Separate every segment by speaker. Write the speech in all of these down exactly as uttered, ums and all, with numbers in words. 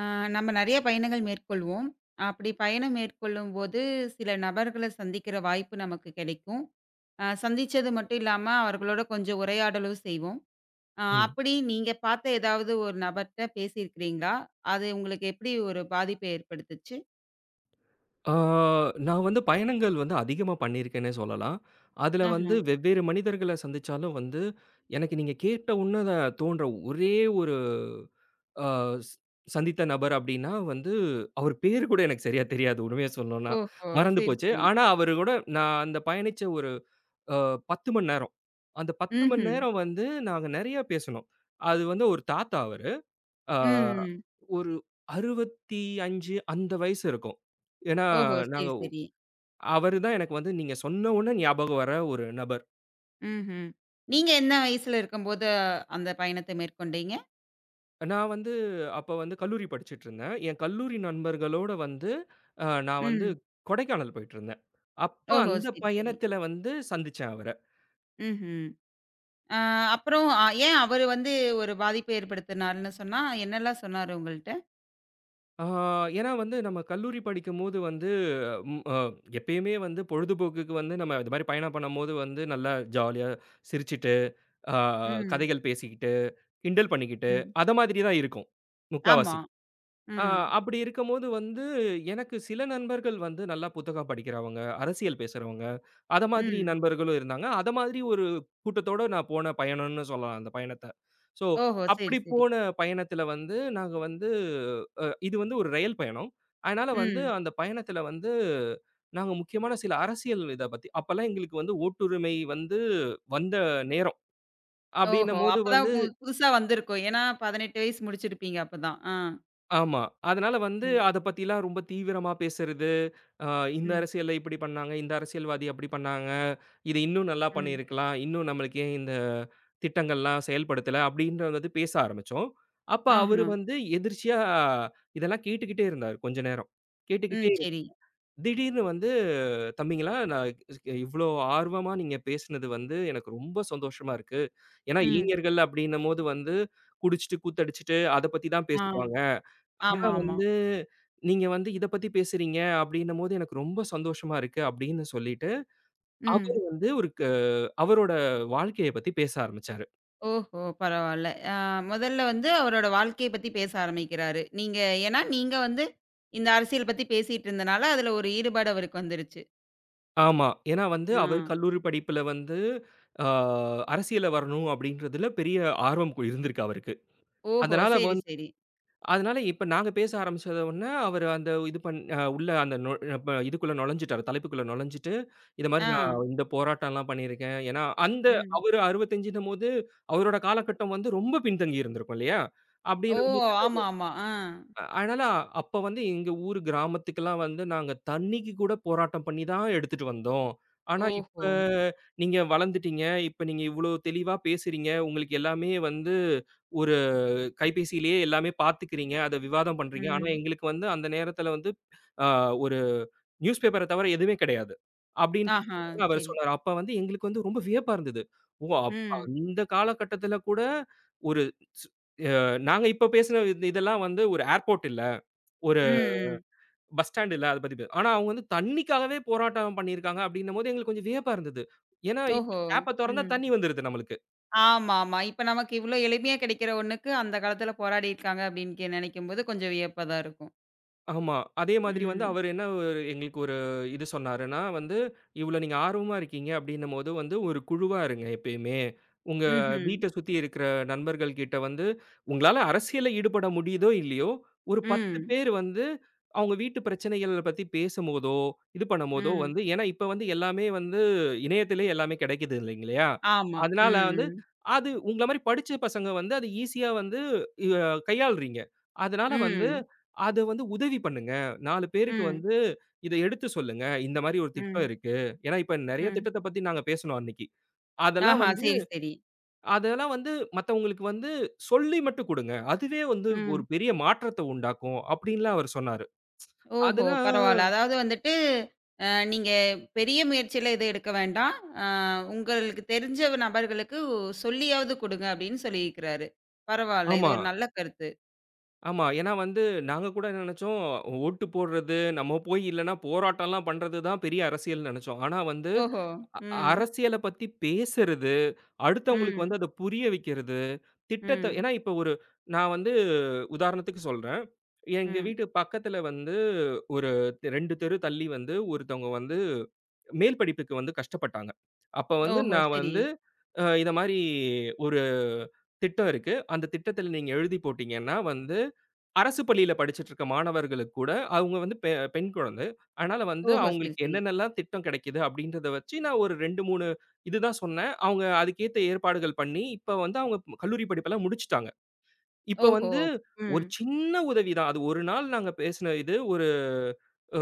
Speaker 1: ஆ, நம்ம நிறைய பயணங்கள் மேற்கொள்வோம். அப்படி பயணம் மேற்கொள்ளும்போது, சில நபர்கள சந்திக்கிற வாய்ப்பு நமக்கு கிடைக்கும். அ சந்திச்சது மட்டும் இல்லாம, அவர்களோட கொஞ்சம் உரையாடலும் செய்வோம். அ
Speaker 2: ம்.
Speaker 1: அப்படி நீங்க பார்த்த ஏதாவது ஒரு நபர்ட்ட பேசியிருக்கிறீங்களா? அது உங்களுக்கு எப்படி ஒரு பாதிப்பை ஏற்படுத்துச்சு?
Speaker 2: ஆ நான் வந்து பயணங்கள் வந்து அதிகமா பண்ணியிருக்கேன்னே சொல்லலாம். அதுல
Speaker 1: ஆஹ.
Speaker 2: வந்து வெவ்வேறு மனிதர்கள சந்திச்சாலும் வந்து, எனக்கு நீங்க கேட்ட உடனே அத தோன்ற ஒரே ஒரு அ ஸ் சந்தித்த நபர் அப்டின்னா வந்து, அவர் பேரு கூட எனக்கு சரியா தெரியாது உண்மைய சொல்லணும்னா.
Speaker 1: ஓஹோ!
Speaker 2: மறந்து
Speaker 1: சரி,
Speaker 2: போச்சு.
Speaker 1: சரி.
Speaker 2: ஆனா அவரு கூட நான் அந்த பயணிச்ச ஒரு அ பத்து மணி நேரம். அந்த பத்து மணி
Speaker 1: ம்ஹ்ம்.
Speaker 2: நேரம் வந்து நாங்க நெறைய பேசுனோம். அது வந்து ஒரு தாத்தா அவரு. ஆ.
Speaker 1: ம்.
Speaker 2: ஒரு அறுபத்தி ஐந்து அந்த வயசு இருக்கும். ஏன்னா,
Speaker 1: ஓஹோ! சரி,
Speaker 2: நாங்க
Speaker 1: சரி.
Speaker 2: அவரு தான் எனக்கு வந்து நீங்க சொன்ன உடனே ஞாபகம் வர ஒரு நபர்.
Speaker 1: ம்ஹ்ம். நீங்க என்ன வயசுல இருக்கும்போது அந்த பயணத்தை மேற்கொண்டீங்க?
Speaker 2: நான் வந்து அப்ப வந்து கல்லூரி படிச்சுட்ருந்தேன். என் கல்லூரி நண்பர்களோட வந்து அ நான் வந்து
Speaker 1: ம்.
Speaker 2: கொடைக்கானல் போயிட்டுருந்தேன். அப்ப
Speaker 1: ஓஹோ!
Speaker 2: அந்த
Speaker 1: சரி, சரி.
Speaker 2: பயணத்தில வந்து சந்திச்சேன் அவர.
Speaker 1: ம்ஹ்ம். ஆ, அப்புறம் அ ஏன் அவரு வந்து ஒரு பாதிப்ப ஏற்படுத்தினார்ன்னு சொன்னா, என்னல்லாம் சொன்னாரு உங்கள்ட்ட?
Speaker 2: ஆ ஏன்னா வந்து நம்ம கல்லூரி படிக்கும்போது வந்து ம் அ எப்பயுமே வந்து பொழுதுபோக்குக்கு வந்து நம்ம இது மாரி பயணம் பண்ணும்போது வந்து நல்லா ஜாலியா சிரிச்சுட்டு, ஆ
Speaker 1: ம்,
Speaker 2: கதைகள் பேசிக்கிட்டு கிண்டல் பண்ணிக்கிட்டு,
Speaker 1: ம்.
Speaker 2: அத மாதிரி தான் இருக்கும்.
Speaker 1: ஆமா.
Speaker 2: முக்காவாசி. ஆ
Speaker 1: ம்,
Speaker 2: அப்படி இருக்கும்போது வந்து, எனக்கு சில நண்பர்கள் வந்து நல்லா புத்தகம் படிக்கிறவங்க, அரசியல் பேசுறவங்க, அத மாதிரி
Speaker 1: ம்.
Speaker 2: நண்பர்களும் இருந்தாங்க. அத மாதிரி ஒரு கூட்டத்தோட நான் போன பயணம்னு சொல்லலாம் அந்த பயணத்த. ஸோ,
Speaker 1: ஓஹோ! சரி,
Speaker 2: அப்படி
Speaker 1: சரி.
Speaker 2: போன பயணத்தில வந்து நாங்க வந்து அ இது வந்து ஒரு ரயில் பயணம். அதனால வந்து
Speaker 1: ம்.
Speaker 2: அந்த பயணத்தில வந்து, நாங்க முக்கியமான சில அரசியல் இத பத்தி அப்பலாம் எங்களுக்கு வந்து ஓட்டுரிமை வந்து வந்த நேரம்.
Speaker 1: ஓஹோ!
Speaker 2: அப்படின்னும்போது
Speaker 1: அப்பதான்
Speaker 2: வந்து
Speaker 1: பு புதுசா வந்திருக்கும். ஏன்னா பதினெட்டு வயசு முடிச்சிருப்பீங்க அப்பதான். ஆ.
Speaker 2: ஆமா. அதனால வந்து
Speaker 1: ம்,
Speaker 2: அத பத்திலாம் ரொம்ப தீவிரமா பேசுறது, அ இந்த
Speaker 1: ம்,
Speaker 2: அரசியல்ல இப்படி பண்ணாங்க, இந்த அரசியல்வாதி அப்படி பண்ணாங்க, இது இன்னும் நல்லா
Speaker 1: ம்.
Speaker 2: பண்ணியிருக்கலாம், இன்னும் நம்மளுக்கு ஏன் இந்த திட்டங்கள்லாம் செயல்படுத்தல அப்படின்ற வந்து பேச ஆரம்பிச்சோம். அப்ப அவரு
Speaker 1: ஆஹா.
Speaker 2: வந்து எதிர்ச்சியா இதெல்லாம் கேட்டுக்கிட்டே இருந்தாரு கொஞ்ச நேரம்.
Speaker 1: ம்.
Speaker 2: கேட்டுக்கிட்டே
Speaker 1: சரி.
Speaker 2: திடீர்னு வந்து, "தம்பிங்களா நான் இவ்ளோ ஆர்வமா நீங்க பேசுனது வந்து எனக்கு ரொம்ப சந்தோஷமா இருக்கு. ஏன்னா
Speaker 1: ம்.
Speaker 2: இளைஞர்கள் அப்படின்னும்போது வந்து குடிச்சுட்டு, கூத்தடிச்சுட்டு அத பத்தி தான்
Speaker 1: ஆ.
Speaker 2: பேசுவாங்க." ஆனா
Speaker 1: ஆமா, ஆமா.
Speaker 2: வந்து, "நீங்க வந்து இத பத்தி பேசுறீங்க அப்டின்னும்போது, எனக்கு ரொம்ப சந்தோஷமா இருக்கு" அப்டின்னு சொல்லிட்டு, அவரு
Speaker 1: ம்.
Speaker 2: வந்து ஒரு க அவரோட வாழ்க்கைய பத்தி பேச ஆரம்பிச்சாரு.
Speaker 1: ஓஹோ! பரவால்ல. ஆ, முதல்ல வந்து அவரோட வாழ்க்கைய பத்தி பேச ஆரம்பிக்கிறாரு. நீங்க ஏன்னா நீங்க வந்து இந்த அரசியல் பத்தி பேசிட்டு இருந்தனால, அதுல ஒரு ஈடுபாடு அவருக்கு வந்துருச்சு.
Speaker 2: ஆமா. ஏன்னா வந்து
Speaker 1: ஆ.
Speaker 2: அவர் கல்லூரி படிப்புல வந்து, ஆ அரசியல்ல வரணும் அப்டின்றதுல பெரிய ஆர்வம் கு இருந்திருக்கு அவருக்கு.
Speaker 1: ஓஹோ!
Speaker 2: அதனால
Speaker 1: சரி, சரி.
Speaker 2: அதனால இப்ப நாங்க பேச ஆரம்பிச்சத உடனே, அவரு அந்த இது பண் அ உள்ள அந்த நொ ப இதுக்குள்ள நுழைஞ்சுட்டாரு. தலைப்புக்குள்ள நுழைஞ்சுட்டு, "இது மாரி
Speaker 1: ஆ.
Speaker 2: ம். நான் இந்த போராட்டம்லாம் பண்ணியிருக்கேன்." ஏன்னா அந்த
Speaker 1: ம்.
Speaker 2: அவரு அறுபத்தி ஐந்துன்னும்போது, அவரோட காலகட்டம் வந்து ரொம்ப பின்தங்கி இருந்திருக்கும் இல்லையா?
Speaker 1: ஓ!
Speaker 2: அப்படின்னும்போது
Speaker 1: ஆமா, ஆமா. ஆ.
Speaker 2: அதனால அப்ப வந்து எங்க ஊர் கிராமத்துக்கெல்லாம் வந்து நாங்க தண்ணிக்கு கூட போராட்டம் பண்ணி தான் எடுத்துட்டு வந்தோம். ஆனா இப்ப
Speaker 1: ஓஹோ!
Speaker 2: நீங்க வளர்ந்துட்டீங்க. இப்ப நீங்க இவ்வளோ தெளிவா பேசுறீங்க. உங்களுக்கு எல்லாமே வந்து ஒரு கைபேசியிலேயே எல்லாமே பார்த்துக்கிறீங்க. அத விவாதம் பண்றீங்க. ஆனா,
Speaker 1: ம்.
Speaker 2: எங்களுக்கு வந்து அந்த நேரத்தில வந்து அ ஒரு நியூஸ் பேப்பர தவிர எதுவுமே கிடையாது. அப்படின்றது
Speaker 1: ஆஹா!
Speaker 2: வந்து அவர்
Speaker 1: சரி.
Speaker 2: சொன்னாரு. அப்ப வந்து எங்களுக்கு வந்து ரொம்ப வியப்பா இருந்தது. ஓ! அப்ப
Speaker 1: ம்.
Speaker 2: அந்த காலகட்டத்தில கூட ஒரு ஸ் அ நாங்க இப்ப பேசின இது இதெல்லாம் வந்து ஒரு ஏர்போர்ட் இல்ல. ஒரு
Speaker 1: ம், ம்.
Speaker 2: பஸ் ஸ்டாண்ட் இல்ல. அத பத்தி பே ஆனா அவங்க வந்து தண்ணிக்காகவே போராட்டம் பண்ணியிருக்காங்க அப்படின்னும்போது எங்களுக்கு கொஞ்சம் வியப்பா இருந்தது. ஏன்னா, இப்ப
Speaker 1: ஓஹோ!
Speaker 2: டேப்ப தொறந்தா
Speaker 1: ம்.
Speaker 2: தண்ணி வந்துருது நம்மளுக்கு.
Speaker 1: ஆமா, ஆமா. இப்ப நமக்கு இவ்ளோ எளிமையா கிடைக்கிற ஒண்ணுக்கு, அந்த காலத்துல போராடியிருக்காங்க அப்டின்னு நெனைக்கும்போது கொஞ்சம் வியப்பா தான் இருக்கும்.
Speaker 2: ஆமா. அதே மாதிரி வந்து
Speaker 1: ம்.
Speaker 2: அவரு என்ன ஒரு எங்களுக்கு ஒரு இது சொன்னாருன்னா வந்து, "இவ்ளோ நீங்க ஆர்வமா இருக்கீங்க அப்டின்னும்போது வந்து ஒரு குழுவா இருங்க எப்பயுமே. உங்க
Speaker 1: ம்ஹ்ம்.
Speaker 2: வீட்ட சுத்தி இருக்கிற நண்பர்கள் கிட்ட வந்து உங்களால அரசியல்ல ஈடுபட முடியுதோ இல்லையோ, ஒரு பத்து
Speaker 1: ம்.
Speaker 2: பேர் வந்து அவங்க வீட்டு பிரச்சனைகள பத்தி பேசும்போதோ, இது பண்ணும்போதோ
Speaker 1: ம்.
Speaker 2: வந்து", ஏன்னா இப்ப வந்து எல்லாமே வந்து இணையத்திலே எல்லாமே கிடைக்குது இல்லைங்களையா?
Speaker 1: ஆமா.
Speaker 2: அதனால
Speaker 1: ம்,
Speaker 2: வந்து
Speaker 1: ம்.
Speaker 2: அது உங்கள மாரி படிச்ச பசங்க வந்து அது ஈஸியா வந்து அ கையாள்றீங்க. அதனால வந்து
Speaker 1: ம்.
Speaker 2: அத வந்து உதவி பண்ணுங்க. நான்கு பேருக்கு
Speaker 1: ம்.
Speaker 2: வந்து இத எடுத்து சொல்லுங்க. இந்த மாரி ஒரு திட்டம்
Speaker 1: ம்.
Speaker 2: இருக்கு. ஏன்னா, இப்ப நெறைய
Speaker 1: ம்.
Speaker 2: திட்டத்த பத்தி நாங்க பேசுனோம் அன்னைக்கு. அதெல்லாம்
Speaker 1: ஆஹா!
Speaker 2: வந்து
Speaker 1: சரி, சரி.
Speaker 2: அதெல்லாம் வந்து மத்தவங்களுக்கு வந்து சொல்லி மட்டும் குடுங்க. அதுவே வந்து ஒரு
Speaker 1: ம்.
Speaker 2: பெரிய மாற்றத்த உண்டாக்கும் அப்டின்லாம் அவர் சொன்னாரு.
Speaker 1: ஓஹோ!
Speaker 2: அதெல்லாம்
Speaker 1: பரவால்ல. அதாவது வந்துட்டு, அ நீங்க பெரிய முயற்சியில எதுவும் எடுக்க வேண்டாம். அ உங்களுக்கு தெரிஞ்ச நபர்களுக்கு சொல்லியாவது குடுங்க அப்படின்னு சொல்லியிருக்கிறாரு. பரவால்ல. இது
Speaker 2: ஆமா,
Speaker 1: ஒரு நல்ல கருத்து.
Speaker 2: ஆமா. ஏன்னா வந்து நாங்க கூட நெனச்சோம், ஓட்டு போடுறது, நம்ம போய் இல்லன்னா போராட்டம்லாம் பண்றது தான் பெரிய அரசியல்னு நெனச்சோம். ஆனா வந்து
Speaker 1: ஓஹோ!
Speaker 2: அ
Speaker 1: ம்.
Speaker 2: அரசியல பத்தி பேசுறது அடுத்தவங்களுக்கு
Speaker 1: ம்.
Speaker 2: வந்து அத புரிய வைக்கிறது, திட்டத்த
Speaker 1: ம்.
Speaker 2: ஏன்னா இப்ப ஒரு நான் வந்து உதாரணத்துக்கு சொல்றேன். எங்க
Speaker 1: ம்.
Speaker 2: வீட்டு பக்கத்துல வந்து ஒரு இரண்டு தெரு தள்ளி வந்து ஒருத்தவங்க வந்து மேல் படிப்புக்கு வந்து கஷ்டப்பட்டாங்க. அப்ப வந்து
Speaker 1: ஓஹோ!
Speaker 2: நான்
Speaker 1: சரி.
Speaker 2: வந்து அ இத மாரி ஒரு திட்டம் இருக்கு. அந்த திட்டத்துல நீங்க எழுதி போட்டீங்கன்னா வந்து, அரசு பள்ளியில படிச்சுட்டுருக்க மாணவர்களுக்கு கூட அவங்க வந்து பெ பெண் குழந்தை. அதனால வந்து
Speaker 1: ஓஹோ! சரி,
Speaker 2: அவங்களுக்கு
Speaker 1: சரி.
Speaker 2: என்னென்னலாம் திட்டம் கிடைக்குது அப்படின்றத வச்சு நான் ஒரு இரண்டு, மூன்று இதுதான் சொன்னேன். அவங்க அதுக்கேத்த ஏற்பாடுகள் பண்ணி, இப்ப வந்து அவங்க கல்லூரி படிப்பெல்லாம் முடிச்சுட்டாங்க. இப்ப
Speaker 1: ஓஹோ!
Speaker 2: வந்து
Speaker 1: ம்.
Speaker 2: ஒரு சின்ன உதவி தான். அது ஒரு நாள் நாங்க பேசின இது. ஒரு அ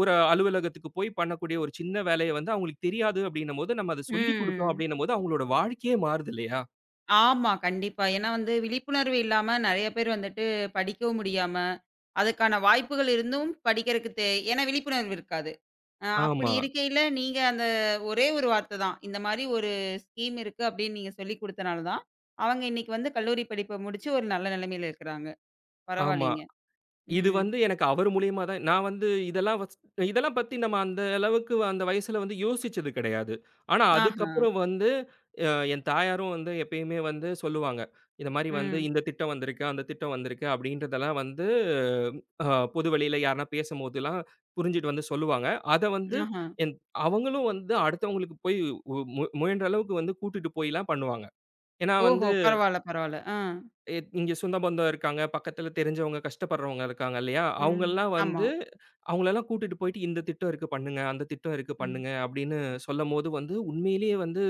Speaker 2: ஒரு அலுவலகத்துக்கு போய் பண்ணக்கூடிய ஒரு சின்ன வேலைய வந்து அவங்களுக்கு தெரியாது அப்படின்னும்போது, நம்ம அத சொல்லிக் குடுத்தோம்
Speaker 1: ம்.
Speaker 2: அப்படின்னும்போது, அவங்களோட வாழ்க்கையே மாறுது இல்லையா?
Speaker 1: ஆமா. கண்டிப்பா. ஏன்னா வந்து விழிப்புணர்வு இல்லாம நெறைய பேர் வந்துட்டு படிக்கவும் முடியாம, அதுக்கான வாய்ப்புகள் இருந்தும் படிக்கிறதுக்கு தே ஏன்னா விழிப்புணர்வு இருக்காது. அ அப்படி
Speaker 2: ஆமா,
Speaker 1: இருக்கையில, நீங்க அந்த ஒரே ஒரு வார்த்த தான். இந்த மாரி ஒரு ஸ்கீம் இருக்கு அப்படின்னு நீங்க சொல்லிக் குடுத்தனால தான், அவங்க இன்னைக்கு வந்து கல்லூரி படிப்ப முடிச்சு ஒரு நல்ல நிலைமையில இருக்கிறாங்க.
Speaker 2: ஆமா.
Speaker 1: பரவாயில்லைங்க.
Speaker 2: இது
Speaker 1: ம்.
Speaker 2: வந்து எனக்கு அவர் மூலியமா தான் நான் வந்து இதெல்லாம் வஸ் இதெல்லாம் பத்தி நம்ம அந்த அளவுக்கு அந்த வயசுல வந்து யோசிச்சது கிடையாது. ஆனா
Speaker 1: ஆஹா.
Speaker 2: அதுக்கப்புறம் வந்து அ என் தாயாரும் வந்து எப்பயுமே வந்து சொல்லுவாங்க. இந்த மாரி வந்து
Speaker 1: ம்.
Speaker 2: இந்த திட்டம் வந்திருக்கு, அந்த திட்டம் வந்திருக்கு அப்படின்றதெல்லாம் வந்து அ பொது வெளியில யாருனா பேசும்போதெல்லாம் புரிஞ்சுட்டு வந்து சொல்லுவாங்க. அத வந்து
Speaker 1: ஆஹா.
Speaker 2: என் அவங்களும் வந்து அடுத்தவங்களுக்கு போய் உ மு முயன்ற அளவுக்கு வந்து கூட்டிட்டு போய்லாம் பண்ணுவாங்க. ஏன்னா
Speaker 1: ஓஹோ!
Speaker 2: வந்து
Speaker 1: பரவால்ல, பரவால்ல. ஆ.
Speaker 2: எ இங்க சொந்த பந்தம் இருக்காங்க. பக்கத்துல தெரிஞ்சவங்க, கஷ்டப்படுறவங்க இருக்காங்க இல்லையா?
Speaker 1: ம்.
Speaker 2: அவங்கலாம்
Speaker 1: ஆமா.
Speaker 2: வந்து அவங்களலாம் கூட்டிட்டு போயிட்டு இந்த திட்டம் இருக்கு பண்ணுங்க, அந்த திட்டம் இருக்கு
Speaker 1: ம்.
Speaker 2: பண்ணுங்க அப்படின்னு சொல்லும்போது வந்து உண்மையிலேயே வந்து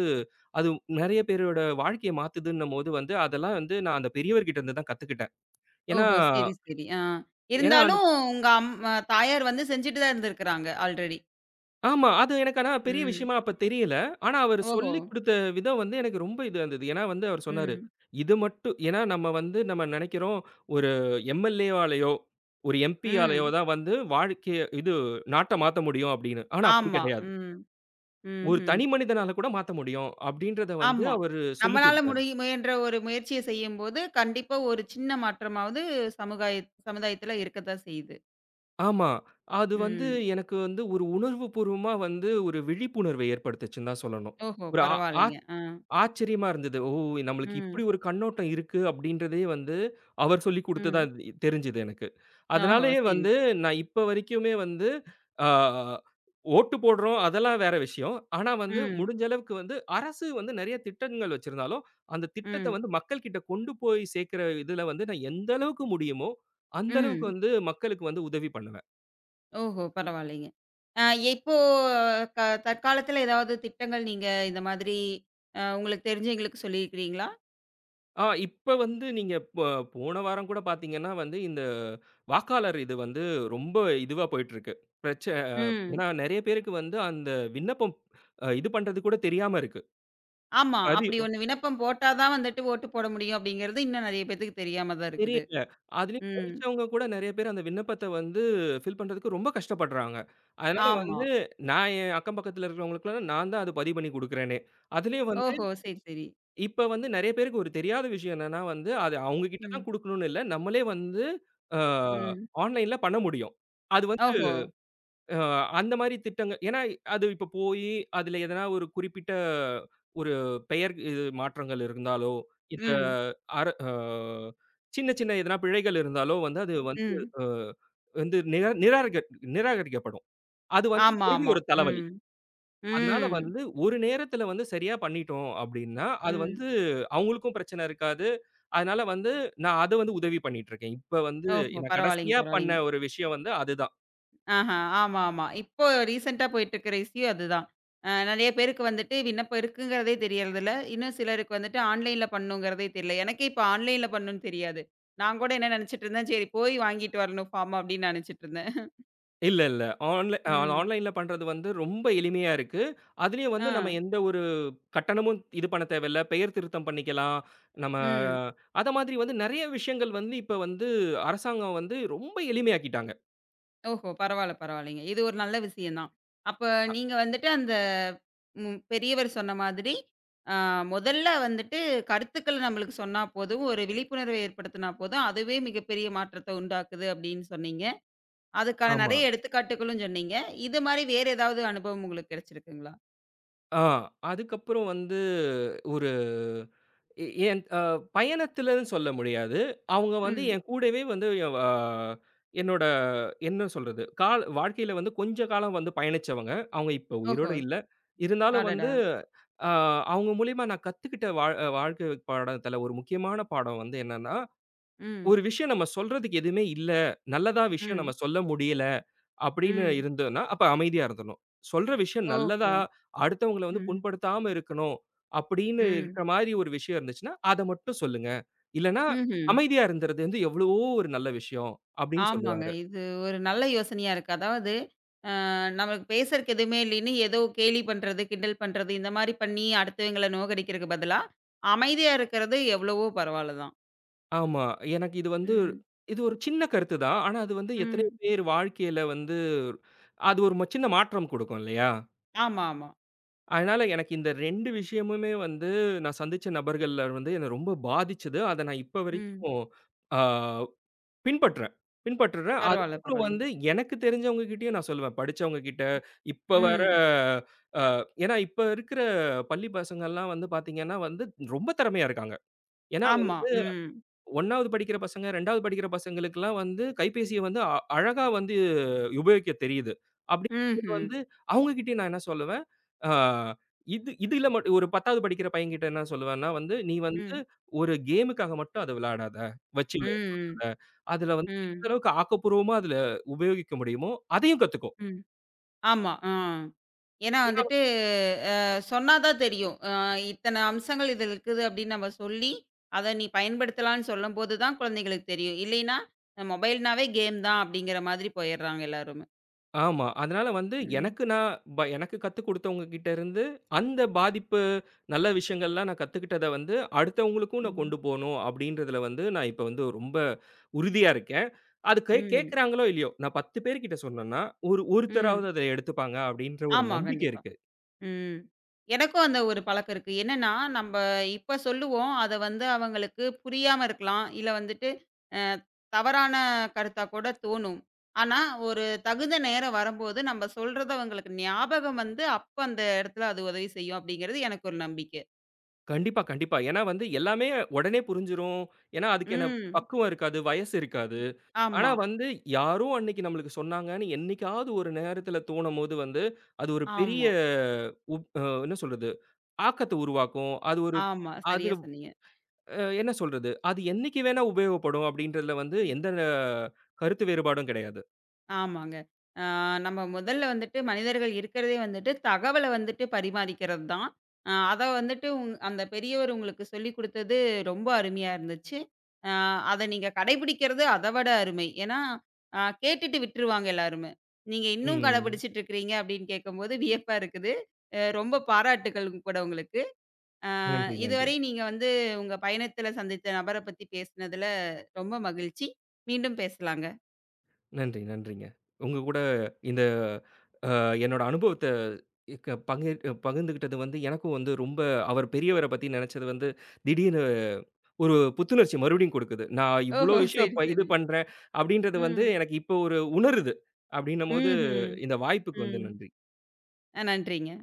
Speaker 2: அது நெறைய பேரோட வாழ்க்கைய மாத்துதுன்னும்போது வந்து, அதெல்லாம் வந்து நான் அந்த பெரியவர்கிட்ட இருந்து தான் கத்துக்கிட்டேன். ஏன்னா
Speaker 1: ஓஹோ! சரி, சரி. ஆ.
Speaker 2: ஏன்னா
Speaker 1: இருந்தாலும் உங்க அம் அ தாயார் வந்து செஞ்சுட்டு தான் இருந்திருக்கிறாங்க ஆல்ரெடி.
Speaker 2: ஆமா. அது எனக்கு ஆனா பெரிய
Speaker 1: ம்.
Speaker 2: விஷயமா அப்ப தெரியல. ஆனா அவரு
Speaker 1: ஓஹோ!
Speaker 2: சொல்லிக் குடுத்த விதம் வந்து எனக்கு ரொம்ப இதா இருந்தது. ஏன்னா வந்து அவரு சொன்னாரு,
Speaker 1: ம்.
Speaker 2: "இது மட்டும்", ஏன்னா நம்ம வந்து நம்ம நெனைக்கிறோம், ஒரு எம் எல் ஏ வாலயோ, ஒரு எம் பி யாலயோ
Speaker 1: ம்.
Speaker 2: தான் வந்து வாழ்க்கைய இது நாட்ட மாத்த முடியும் அப்படின்னு. ஆனா அப்படி
Speaker 1: ஆமா.
Speaker 2: கிடையாது.
Speaker 1: ம்.
Speaker 2: ஒரு
Speaker 1: ம்ஹ்ம்.
Speaker 2: தனி மனிதனால கூட மாத்த முடியும் அப்படின்றத வந்து
Speaker 1: ஆமா.
Speaker 2: அவரு சொல்லிக்
Speaker 1: நம்மளால
Speaker 2: குடுத்தாரு.
Speaker 1: முடிய முயன்ற ஒரு முயற்சிய செய்யும்போது, கண்டிப்பா ஒரு சின்ன மாற்றமாவது சமுதாய சமுதாயத்துல இருக்கத்தான் செய்யுது.
Speaker 2: ஆமா. அது வந்து
Speaker 1: ம்.
Speaker 2: எனக்கு வந்து ஒரு உணர்வு பூர்வமா வந்து ஒரு விழிப்புணர்வை ஏற்படுத்துச்சுன்னு தான் சொல்லணும்.
Speaker 1: ஓஹோ!
Speaker 2: ஒரு ஆ
Speaker 1: பரவாயில்லைங்க. ஆ.
Speaker 2: ஆச்சரியமா இருந்தது. ஓ! நம்மளுக்கு இப்படி
Speaker 1: ம்.
Speaker 2: ஒரு கண்ணோட்டம் இருக்கு அப்படின்றதே வந்து, அவர் சொல்லிக்
Speaker 1: ம்.
Speaker 2: குடுத்துதான் இது தெரிஞ்சது எனக்கு.
Speaker 1: ஓஹோ!
Speaker 2: அதனாலயே
Speaker 1: சரி.
Speaker 2: வந்து நான் இப்ப வரைக்குமே வந்து, ஆ ஓட்டு போடுறோம் அதெல்லாம் வேற விஷயம். ஆனா வந்து
Speaker 1: ம்.
Speaker 2: முடிஞ்ச அளவுக்கு வந்து அரசு வந்து நெறைய திட்டங்கள் வச்சிருந்தாலும், அந்த திட்டத்த
Speaker 1: ம்.
Speaker 2: வந்து மக்கள் கிட்ட கொண்டு போய் சேர்க்கிற இதுல வந்து நான் எந்த அளவுக்கு முடியுமோ, அந்த அளவுக்கு
Speaker 1: ம்.
Speaker 2: வந்து மக்களுக்கு வந்து உதவி பண்ணுவேன்.
Speaker 1: ஓஹோ! பரவாயில்லைங்க. அ இப்போ க தற்காலத்துல ஏதாவது திட்டங்கள் நீங்க இந்த மாதிரி அ உங்களுக்கு தெரிஞ்சவங்களுக்கு சொல்லியிருக்கிறீங்களா?
Speaker 2: ஆ இப்ப வந்து நீங்க ப போன வாரம் கூட பார்த்தீங்கன்னா வந்து, இந்த வாக்காளர் இது வந்து ரொம்ப இதுவா போயிட்டுருக்கு. பிரச்ச
Speaker 1: ம்.
Speaker 2: ஏன்னா நெறைய பேருக்கு வந்து அந்த விண்ணப்பம் அ இது பண்றது கூட தெரியாம இருக்கு.
Speaker 1: ஆமா.
Speaker 2: அது
Speaker 1: அப்படி ஒண்ணு விண்ணப்பம் போட்டா தான் வந்துட்டு ஓட்டு போட முடியும் அப்படிங்கிறது இன்னும் நெறைய பேத்துக்கு தெரியாம தான் இருக்குது.
Speaker 2: தெரியல. அதுலயும்
Speaker 1: ம்.
Speaker 2: படிச்சவங்க கூட நெறைய பேர் அந்த விண்ணப்பத்த வந்து ஃபில் பண்றதுக்கு ரொம்ப கஷ்டப்படுறாங்க. அதனால
Speaker 1: ஆமா.
Speaker 2: வந்து நான் என் அக்கம் பக்கத்துல இருக்கிறவங்களுக்குலாம் நான் தான் அது பதிவு பண்ணி குடுக்குறேனே. அதுலயும் வந்து
Speaker 1: ஓஹோ! சரி, சரி.
Speaker 2: இப்ப வந்து நெறைய பேருக்கு ஒரு தெரியாத விஷயம் என்னன்னா வந்து, அது அவங்க கிட்ட தான்
Speaker 1: ம்,
Speaker 2: குடுக்கணும்னு இல்ல. நம்மளே வந்து அ ம்.
Speaker 1: ம்.
Speaker 2: ஆன்லைன்ல பண்ண முடியும். அது வந்து
Speaker 1: ஓஹோ!
Speaker 2: அ அந்த மாரி திட்டங்க ஏன்னா அது இப்ப போயி அதுல எதனா ஒரு குறிப்பிட்ட ஒரு பெயர் இது மாற்றங்கள் இருந்தாலோ, இந்த
Speaker 1: ம்,
Speaker 2: அர அ சின்ன சின்ன எதனா பிழைகள் இருந்தாலோ வந்து அது வந்து
Speaker 1: ம்.
Speaker 2: அ வந்து நிரா நிராகரிக்க நிராகரிக்கப்படும். அது வந்து
Speaker 1: ஆமா,
Speaker 2: மறுபடியும்
Speaker 1: ஆமா.
Speaker 2: ஒரு தலைவலி.
Speaker 1: ம்,
Speaker 2: அதனால
Speaker 1: ம்,
Speaker 2: வந்து ஒரு நேரத்துல வந்து சரியா பண்ணிட்டோம் அப்டின்னா, அது
Speaker 1: ம்.
Speaker 2: வந்து அவங்களுக்கும் பிரச்சனை இருக்காது. அதனால வந்து நான் அத வந்து உதவி பண்ணிட்டுருக்கேன். இப்ப வந்து
Speaker 1: ஓஹோ!
Speaker 2: நான்
Speaker 1: பரவாயில்லைங்க,
Speaker 2: கடைசியா பண்ண
Speaker 1: பரவாயில்லைங்க.
Speaker 2: ஒரு விஷயம் வந்து அதுதான்.
Speaker 1: ஆஹா. ஆமா, ஆமா. இப்போ ரீசென்ட்டா போயிட்டுருக்கிற இஷ்யூ அதுதான். அ நெறைய பேருக்கு வந்துட்டு விண்ணப்பம் இருக்குங்கிறதே தெரியறதில்ல. இன்னும் சிலருக்கு வந்துட்டு ஆன்லைன்ல பண்ணணுங்கிறதே தெரியல. எனக்கே இப்போ ஆன்லைன்ல பண்ணணும்னு தெரியாது. நான் கூட என்ன நெனச்சுட்டு இருந்தேன், சரி போய் வாங்கிட்டு வரணும் ஃபார்ம் அப்படின்னு நெனச்சுட்டு இருந்தேன்.
Speaker 2: இல்ல, இல்ல. ஆன்லை
Speaker 1: ம்.
Speaker 2: ஆன்லைன்ல பண்றது வந்து ரொம்ப எளிமையா இருக்கு. அதுலயும் வந்து
Speaker 1: ஆ.
Speaker 2: நம்ம எந்த ஒரு கட்டணமும் இது பண்ண தேவையில்ல. பெயர் திருத்தம் பண்ணிக்கலாம். நம்ம
Speaker 1: ம்.
Speaker 2: அத மாதிரி வந்து நெறைய விஷயங்கள் வந்து இப்ப வந்து அரசாங்கம் வந்து ரொம்ப எளிமையாக்கிட்டாங்க.
Speaker 1: ஓஹோ! பரவால்ல, பரவால்லைங்க. இது ஒரு நல்ல விஷயம் தான். அப்ப நீங்க வந்துட்டு அந்த ம் பெரியவர் சொன்ன மாதிரி, அ முதல்ல வந்துட்டு கருத்துக்கள் நம்மளுக்கு சொன்னா போதும், ஒரு விழிப்புணர்வு ஏற்படுத்தினா போதும், அதுவே மிகப்பெரிய மாற்றத்த உண்டாக்குது அப்படின்னு சொன்னீங்க. அதுக்கான
Speaker 2: ஆமா.
Speaker 1: நெறைய எடுத்துக்காட்டுகளும் சொன்னீங்க. இது மாரி வேற ஏதாவது அனுபவம் உங்களுக்கு கிடைச்சிருக்குங்களா?
Speaker 2: ஆ அதுக்கப்புறம் வந்து ஒரு எ என் அ பயணத்துலன்னு சொல்ல முடியாது. அவங்க வந்து
Speaker 1: ம்.
Speaker 2: என் கூடவே வந்து எவ் அ என்னோட என்ன சொல்றது? கால் வாழ்க்கையில வந்து கொஞ்ச காலம் வந்து பயணிச்சவங்க. அவங்க இப்ப உயிரோட
Speaker 1: ஓஹோ!
Speaker 2: இல்ல. இருந்தாலும்
Speaker 1: அடடா!
Speaker 2: வந்து அ அவங்க மூலியமா நான் கத்துக்கிட்ட வாழ் வாழ்க்கை பாடத்துல ஒரு முக்கியமான பாடம் வந்து என்னன்னா,
Speaker 1: ம்,
Speaker 2: ஒரு விஷயம் நம்ம சொல்றதுக்கு எதுவுமே இல்ல. நல்லதா விஷயம் நம்ம
Speaker 1: ம்,
Speaker 2: சொல்ல முடியல அப்படின்னு
Speaker 1: ம்.
Speaker 2: இருந்ததுன்னா, அப்ப அமைதியா இருந்துரணும். சொல்ற விஷயம் நல்லதா,
Speaker 1: ஓஹோ!
Speaker 2: அடுத்தவங்கள வந்து
Speaker 1: ம்,
Speaker 2: புண்படுத்தாம இருக்கணும் அப்படின்னு
Speaker 1: ம்.
Speaker 2: இருக்கிற மாரி ஒரு விஷயம் இருந்துச்சுன்னா, அத மட்டும் சொல்லுங்க. இல்லன்னா,
Speaker 1: ம்ஹ்ம்.
Speaker 2: அமைதியா இருந்துறது வந்து எவ்வளவோ ஒரு நல்ல விஷயம் அப்படின்னு
Speaker 1: ஆமாங்க.
Speaker 2: சொல்லுவாரு.
Speaker 1: இது ஒரு நல்ல யோசனையா இருக்கு. அதாவது நமக்கு பேசுறதுக்கு எதுவுமே இல்லைன்னு, ஏதோ கேலி பண்றது, கிண்டல் பண்றது, இந்த மாரி பண்ணி அடுத்தவங்கள நோகடிக்கிறதுக்கு பதிலா, அமைதியா இருக்கிறது எவ்வளவோ பரவாயில்ல தான்.
Speaker 2: ஆமா. எனக்கு இது வந்து
Speaker 1: ம்.
Speaker 2: இது ஒரு சின்ன கருத்து தான். ஆனா, அது வந்து எத்தனையோ
Speaker 1: ம்.
Speaker 2: பேர் வாழ்க்கையில வந்து அது ஒரு ம- சின்ன மாற்றம் குடுக்கும் இல்லையா?
Speaker 1: ஆமா, ஆமா.
Speaker 2: அதனால எனக்கு இந்த இரண்டு விஷயமுமே வந்து நான் சந்திச்ச நபர்கள்ல வந்து என்ன ரொம்ப பாதிச்சது. அத நான் இப்ப
Speaker 1: ம்.
Speaker 2: வரைக்கும் ஆ பின்பற்றேன் பின்பற்றுறேன்.
Speaker 1: பரவால்ல,
Speaker 2: அதுக்கப்புறம்
Speaker 1: பரவாயில்லைங்க.
Speaker 2: வந்து எனக்கு தெரிஞ்சவங்க கிட்டயும் நான் சொல்லுவேன். படிச்சவங்க கிட்ட, இப்ப வர
Speaker 1: ம்.
Speaker 2: அ ஏன்னா இப்ப இருக்கிற பள்ளி பசங்கள்லாம் வந்து பார்த்தீங்கன்னா வந்து ரொம்ப திறமையா இருக்காங்க. ஏன்னா
Speaker 1: ஆமா. ம்.
Speaker 2: முதலாவது படிக்கிற பசங்க, இரண்டாவது படிக்கிற பசங்களுக்கெல்லாம் வந்து கைபேசிய வந்து அ அழகா வந்து உபயோகிக்க தெரியுது. அப்படிங்கும்போது
Speaker 1: ம்ஹ்ம்.
Speaker 2: வந்து அவங்க கிட்டயும் நான் என்ன சொல்லுவேன், ஆ இது இதுல மட் ஒரு பத்தாவது படிக்கிற பையன்கிட்ட என்ன சொல்லுவேன்னா வந்து, "நீ வந்து
Speaker 1: ம்.
Speaker 2: ஒரு கேமுக்காக மட்டும் அத விளையாடாத. வச்சு
Speaker 1: ம். ம்.
Speaker 2: வைராத. அதுல வந்து
Speaker 1: ம்.
Speaker 2: எந்த அளவுக்கு ஆக்கப்பூர்வமா அதுல உபயோகிக்க முடியுமோ, அதையும் கத்துக்கோ."
Speaker 1: ம். ஆமா. ஆ. ஏன்னா
Speaker 2: ஏன்னா
Speaker 1: வந்துட்டு,
Speaker 2: வந்து
Speaker 1: அ சொன்னா தான் தெரியும். அ இத்தன அம்சங்கள் இதில இருக்குது அப்படின்னு நம்ம சொல்லி, அத நீ பயன்படுத்தலான்னு சொல்லும்போது தான் குழந்தைகளுக்கு தெரியும். இல்லைன்னா, மொபைல்னாவே கேம் தான் அப்படிங்கிற மாதிரி போயிடுறாங்க எல்லாருமே.
Speaker 2: ஆமா. அதனால வந்து
Speaker 1: ம்.
Speaker 2: எனக்கு நான் ப எனக்கு கத்துக் குடுத்தவங்க கிட்ட இருந்து அந்த பாதிப்பு, நல்ல விஷயங்கள்லாம் நான் கத்துக்கிட்டத வந்து அடுத்தவங்களுக்கும் நான்
Speaker 1: ம்.
Speaker 2: கொண்டு போணும் அப்படின்றதுல வந்து நான் இப்ப வந்து ரொம்ப உறுதியா இருக்கேன். அது கே
Speaker 1: ம்.
Speaker 2: கேட்கறாங்களோ இல்லையோ, நான் பத்து பேர்கிட்ட சொன்னேன்னா, ஒரு
Speaker 1: ம்.
Speaker 2: ஒருத்தராவது அத எடுத்துப்பாங்க அப்டின்ற ஒரு
Speaker 1: ஆமா.
Speaker 2: நம்பிக்கை
Speaker 1: கண்டிப்பா.
Speaker 2: இருக்கு.
Speaker 1: ம். எனக்கும் அந்த ஒரு பழக்கம் இருக்கு. என்னன்னா, நம்ப இப்ப சொல்லுவோம். அத வந்து அவங்களுக்கு புரியாம இருக்கலாம். இல்ல வந்துட்டு அ தவறான கருத்தா கூட தோணும். ஆனா, ஒரு தகுந்த நேரம் வரும்போது நம்ப சொல்றது அவங்களுக்கு ஞாபகம் வந்து, அப்ப அந்த இடத்துல அது உதவி செய்யும் அப்படிங்கிறது எனக்கு ஒரு நம்பிக்கை.
Speaker 2: கண்டிப்பா, கண்டிப்பா. ஏன்னா வந்து எல்லாமே உடனே புரிஞ்சிரும். ஏன்னா அதுக்கான
Speaker 1: ம்.
Speaker 2: பக்குவம் இருக்காது, வயசு இருக்காது. ஆனா
Speaker 1: ஆமா,
Speaker 2: வந்து யாரோ அன்னைக்கு நம்மளுக்கு சொன்னாங்கன்னு என்னைக்காவது ஒரு நேரத்துல தோணும்போது வந்து, அது ஒரு பெரிய
Speaker 1: ஆமா,
Speaker 2: உப் அ என்ன சொல்றது? ஆக்கத்த உருவாக்கும். அது ஒரு
Speaker 1: ஆமா.
Speaker 2: அது
Speaker 1: சரியா சொன்னீங்க.
Speaker 2: அ என்ன சொல்றது? அது என்னைக்கு வேணா உபயோகப்படும் அப்டின்றதுல வந்து எந்த அஹ், கருத்து வேறுபாடும் கிடையாது.
Speaker 1: ஆமாங்க. ஆ, நம்ம முதல்ல வந்துட்டு மனிதர்கள் இருக்கிறதே வந்துட்டு தகவல வந்துட்டு பரிமாறிக்கிறது தான். அ அத வந்துட்டு உங் அந்த பெரியவர் உங்களுக்கு சொல்லிக் குடுத்தது ரொம்ப அருமையா இருந்துச்சு. அ அத நீங்க கடைபிடிக்கிறது அத விட அருமை. ஏன்னா, அ கேட்டுட்டு விட்டுருவாங்க எல்லாருமே. நீங்க இன்னும்
Speaker 2: ம்.
Speaker 1: கடைபிடிச்சுட்டு இருக்கிறீங்க அப்படின்னு கேட்கும்போது வியப்பா இருக்குது. அ ரொம்ப பாராட்டுக்கள் கூட உங்களுக்கு. அ
Speaker 2: நன்றி, நன்றி.
Speaker 1: இதுவரை நீங்க வந்து உங்க பயணத்தில சந்தித்த நபர பத்தி பேசினதுல ரொம்ப மகிழ்ச்சி. மீண்டும் பேசலாங்க.
Speaker 2: நன்றி, நன்றிங்க. உங்க கூட இந்த அ என்னோட அனுபவத்த க பகிர் பகிர்ந்துக்கிட்டது வந்து எனக்கும் வந்து ரொம்ப அவர் பெரியவர பத்தி நெனச்சது வந்து திடீர்னு ஒரு புத்துணர்ச்சி மறுபடியும் குடுக்குது. நான் இவ்ளோ
Speaker 1: ஓஹோ!
Speaker 2: விஷயம்
Speaker 1: சரி,
Speaker 2: ப இது
Speaker 1: சரி.
Speaker 2: பண்றேன், அப்டின்றது வந்து
Speaker 1: ம்.
Speaker 2: எனக்கு இப்போ ஒரு உணருது. அப்டின்னும்போது
Speaker 1: ம்ஹ்ம்.
Speaker 2: இந்த வாய்ப்புக்கு வந்து
Speaker 1: ம்.
Speaker 2: நன்றி.
Speaker 1: அ நன்றிங்க.